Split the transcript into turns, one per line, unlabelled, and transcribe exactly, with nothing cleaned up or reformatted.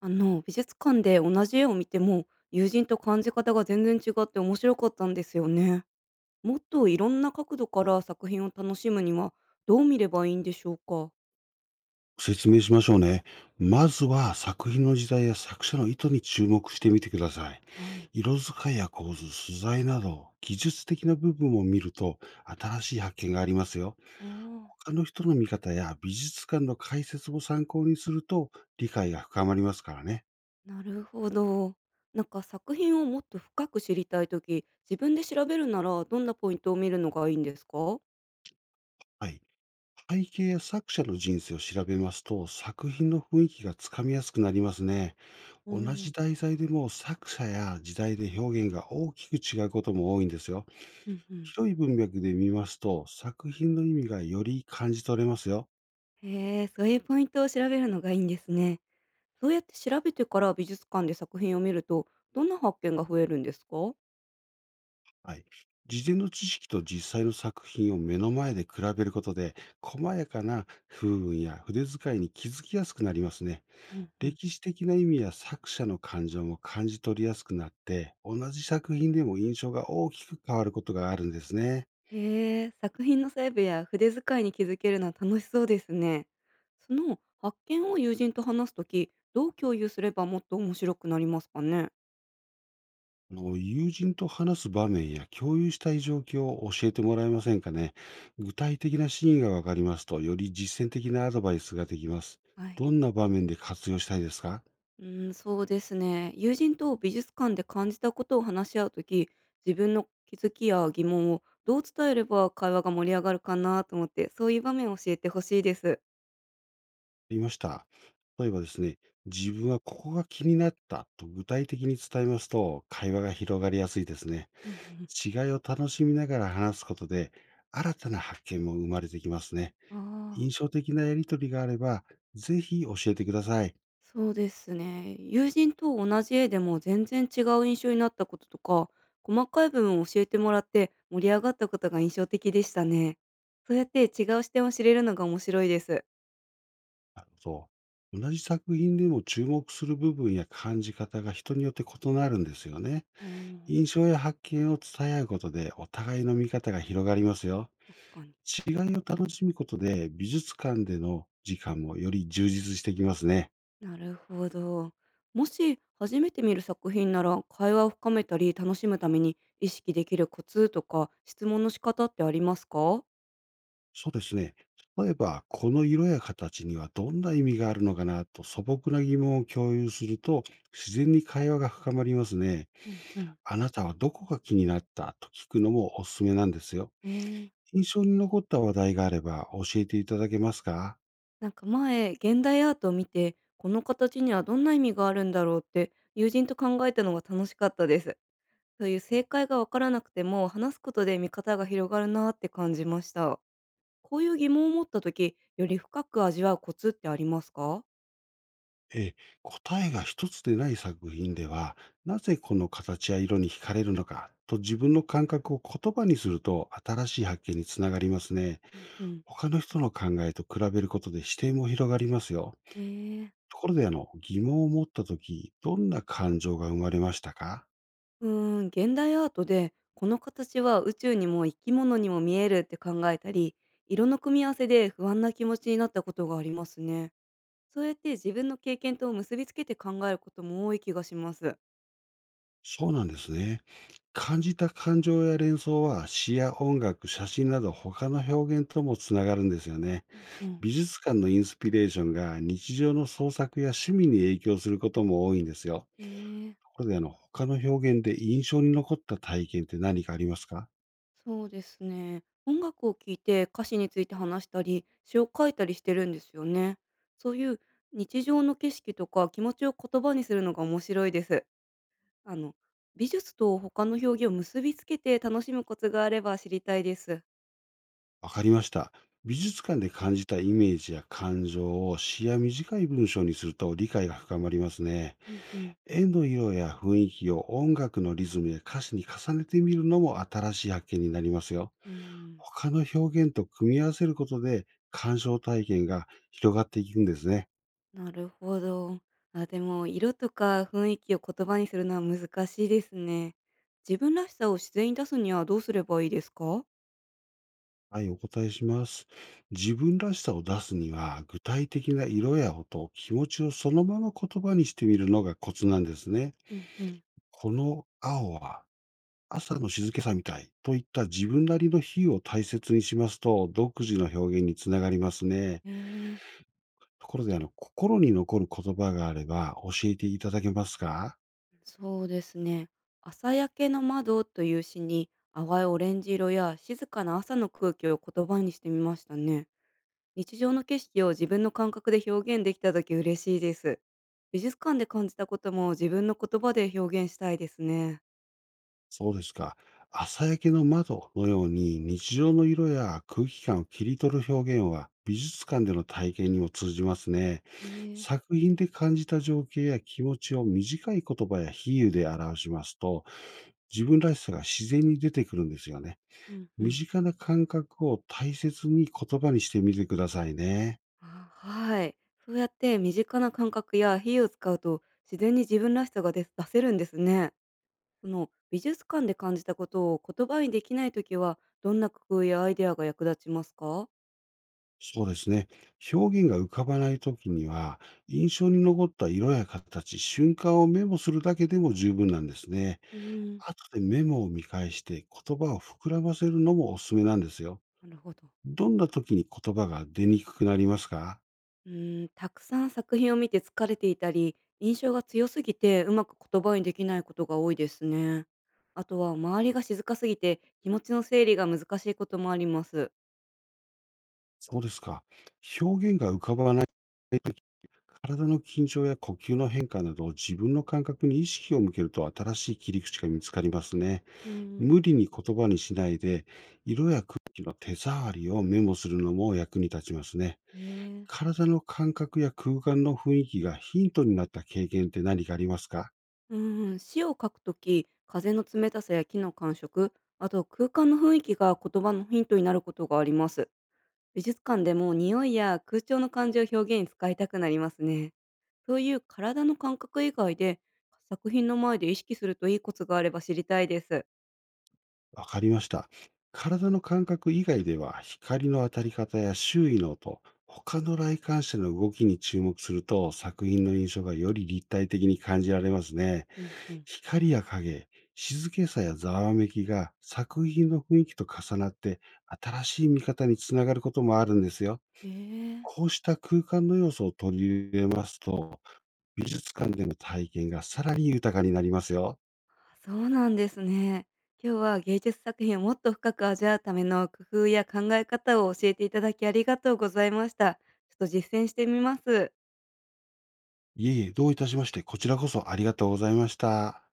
あの、美術館で同じ絵を見ても、友人と感じ方が全然違って面白かったんですよね。もっといろんな角度から作品を楽しむには、どう見ればいいんでしょうか？
説明しましょうね。まずは作品の時代や作者の意図に注目してみてください。
はい。
色使いや構図、素材など、技術的な部分を見ると新しい発見がありますよ。
ああ、
他の人の見方や美術館の解説も参考にすると理解が深まりますからね。
なるほど。なんか作品をもっと深く知りたいとき、自分で調べるならどんなポイントを見るのがいいんですか？
はい。背景や作者の人生を調べますと作品の雰囲気がつかみやすくなりますね。
う
同
ん。
じ題材でも作者や時代で表現が大きく違うことも多いんですよ。
うんうん。
広い文脈で見ますと、作品の意味がより感じ取れますよ。
へえ、そういうポイントを調べるのがいいんですね。そうやって調べてから美術館で作品を見ると、どんな発見が増えるんですか？
はい。事前の知識と実際の作品を目の前で比べることで、細やかな風雲や筆遣いに気づきやすくなりますね。
うんうん。
歴史的な意味や作者の感情も感じ取りやすくなって、同じ作品でも印象が大きく変わることがあるんですね。
へえ、作品の細部や筆遣いに気づけるのは楽しそうですね。その発見を友人と話すとき、どう共有すればもっと面白くなりますかね。
あの友人と話す場面や共有したい状況を教えてもらえませんかね。具体的なシーンがわかりますと、より実践的なアドバイスができます。
はい。
どんな場面で活用したいですか？あ
うーん、そうですね。友人と美術館で感じたことを話し合うとき、自分の気づきや疑問をどう伝えれば会話が盛り上がるかなと思って、そういう場面を教えてほしいです。
りました。例えばですね、自分はここが気になったと具体的に伝えますと、会話が広がりやすいですね。
うんうん。
違いを楽しみながら話すことで、新たな発見も生まれてきますね。
あ
印
あ。
象的なやりとりがあれば、ぜひ教えてください。
そうですね。友人と同じ絵でも全然違う印象になったこととか、細かい部分を教えてもらって盛り上がったことが印象的でしたね。そうやって違う視点を知れるのが面白いです。
なるほど。同じ作品でも注目する部分や感じ方が人によって異なるんですよね。
うん、
印象や発見を伝え合うことでお互いの見方が広がりますよ。
確かに、
違いを楽しむことで美術館での時間もより充実してきますね。
なるほど。もし初めて見る作品なら会話を深めたり楽しむために意識できるコツとか質問の仕方ってありますか？
そうですね。例えば、この色や形にはどんな意味があるのかなと素朴な疑問を共有すると自然に会話が深まりますね。
うんうん。
あなたはどこが気になったと聞くのもおすすめなんですよ。
ええ。
印象に残った話題があれば教えていただけますか？
なんか前、現代アートを見て、この形にはどんな意味があるんだろうって友人と考えたのが楽しかったです。そういう正解がわからなくても、話すことで見方が広がるなって感じました。こういう疑問を持った時、より深く味わうコツってありますか？
ええ、答えが一つでない作品では、なぜこの形や色に惹かれるのかと自分の感覚を言葉にすると新しい発見につながりますね。
うんうん。
他の人の考えと比べることで視点も広がりますよ。
えー、
ところであの、疑問を持ったとき、どんな感情が生まれましたか？
うーん、現代アートで、この形は宇宙にも生き物にも見えるって考えたり、色の組み合わせで不安な気持ちになったことがありますね。そうやって自分の経験と結びつけて考えることも多い気がします。
そうなんですね。感じた感情や連想は詩や音楽、写真など他の表現ともつながるんですよね。
うんうん。
美術館のインスピレーションが日常の創作や趣味に影響することも多いんですよ。
えー、
ところであの、他の表現で印象に残った体験って何かありますか？
そうですね。音楽を聴いて歌詞について話したり、詩を書いたりしてるんですよね。そういう日常の景色とか気持ちを言葉にするのが面白いです。あの、美術と他の表現を結びつけて楽しむコツがあれば知りたいです。
わかりました。美術館で感じたイメージや感情を詩や短い文章にすると理解が深まりますね。
うんうん。
絵の色や雰囲気を音楽のリズムや歌詞に重ねてみるのも新しい発見になりますよ。
うん。
他の表現と組み合わせることで鑑賞体験が広がっていくんですね。
なるほど。あ、でも色とか雰囲気を言葉にするのは難しいですね。自分らしさを自然に出すにはどうすればいいですか？
はい、お答えします。自分らしさを出すには、具体的な色や音、気持ちをそのまま言葉にしてみるのがコツなんですね。
うんうん。
この青は朝の静けさみたいといった自分なりの比喩を大切にしますと、独自の表現につながりますね。
ええ、
ところで、あの、心に残る言葉があれば教えていただけますか？
そうですね。朝焼けの窓という詩に淡いオレンジ色や静かな朝の空気を言葉にしてみましたね。日常の景色を自分の感覚で表現できた時嬉しいです。美術館で感じたことも自分の言葉で表現したいですね。
そうですか。朝焼けの窓のように日常の色や空気感を切り取る表現は美術館での体験にも通じますね。
ええ。
作品で感じた情景や気持ちを短い言葉や比喩で表しますと、自分らしさが自然に出てくるんですよね。
うんう
身
ん。
近な感覚を大切に言葉にしてみてくださいね。
あ、はい。そうやって身近な感覚や比喩を使うと自然に自分らしさが出す出せるんですね。その美術館で感じたことを言葉にできないときはどんな工夫やアイデアが役立ちますか？
そうですね。表現が浮かばないときには、印象に残った色や形、瞬間をメモするだけでも十分なんですね。
うーん、
後でメモを見返して言葉を膨らませるのもおすすめなんですよ。
なるほど。
どんな時に言葉が出にくくなりますか？
うーん、たくさん作品を見て疲れていたり、印象が強すぎてうまく言葉にできないことが多いですね。あとは周りが静かすぎて気持ちの整理が難しいこともあります。
そうですか。表現が浮かばない時、体の緊張や呼吸の変化など自分の感覚に意識を向けると新しい切り口が見つかりますね。
うん、
無理に言葉にしないで、色や空気の手触りをメモするのも役に立ちますね。
へえ。
体の感覚や空間の雰囲気がヒントになった経験って何かありますか？
うーん、詩を書くとき、風の冷たさや木の感触、あと空間の雰囲気が言葉のヒントになることがあります。美術館でも匂いや空調の感じを表現に使いたくなりますね。そういう体の感覚以外で作品の前で意識するといいコツがあれば知りたいです。
わかりました。体の感覚以外では、光の当たり方や周囲の音、他の来館者の動きに注目すると、作品の印象がより立体的に感じられますね。
うんうん。
光や影、静けさやざわめきが作品の雰囲気と重なって、新しい見方につながることもあるんですよ。
え
こ
え。
うした空間の要素を取り入れますと、美術館での体験がさらに豊かになりますよ。
あ、そうなんですね。今日は芸術作品をもっと深く味わうための工夫や考え方を教えていただきありがとうございました。ちょっと実践してみます。
いえいえ、どういたしまして、こちらこそありがとうございました。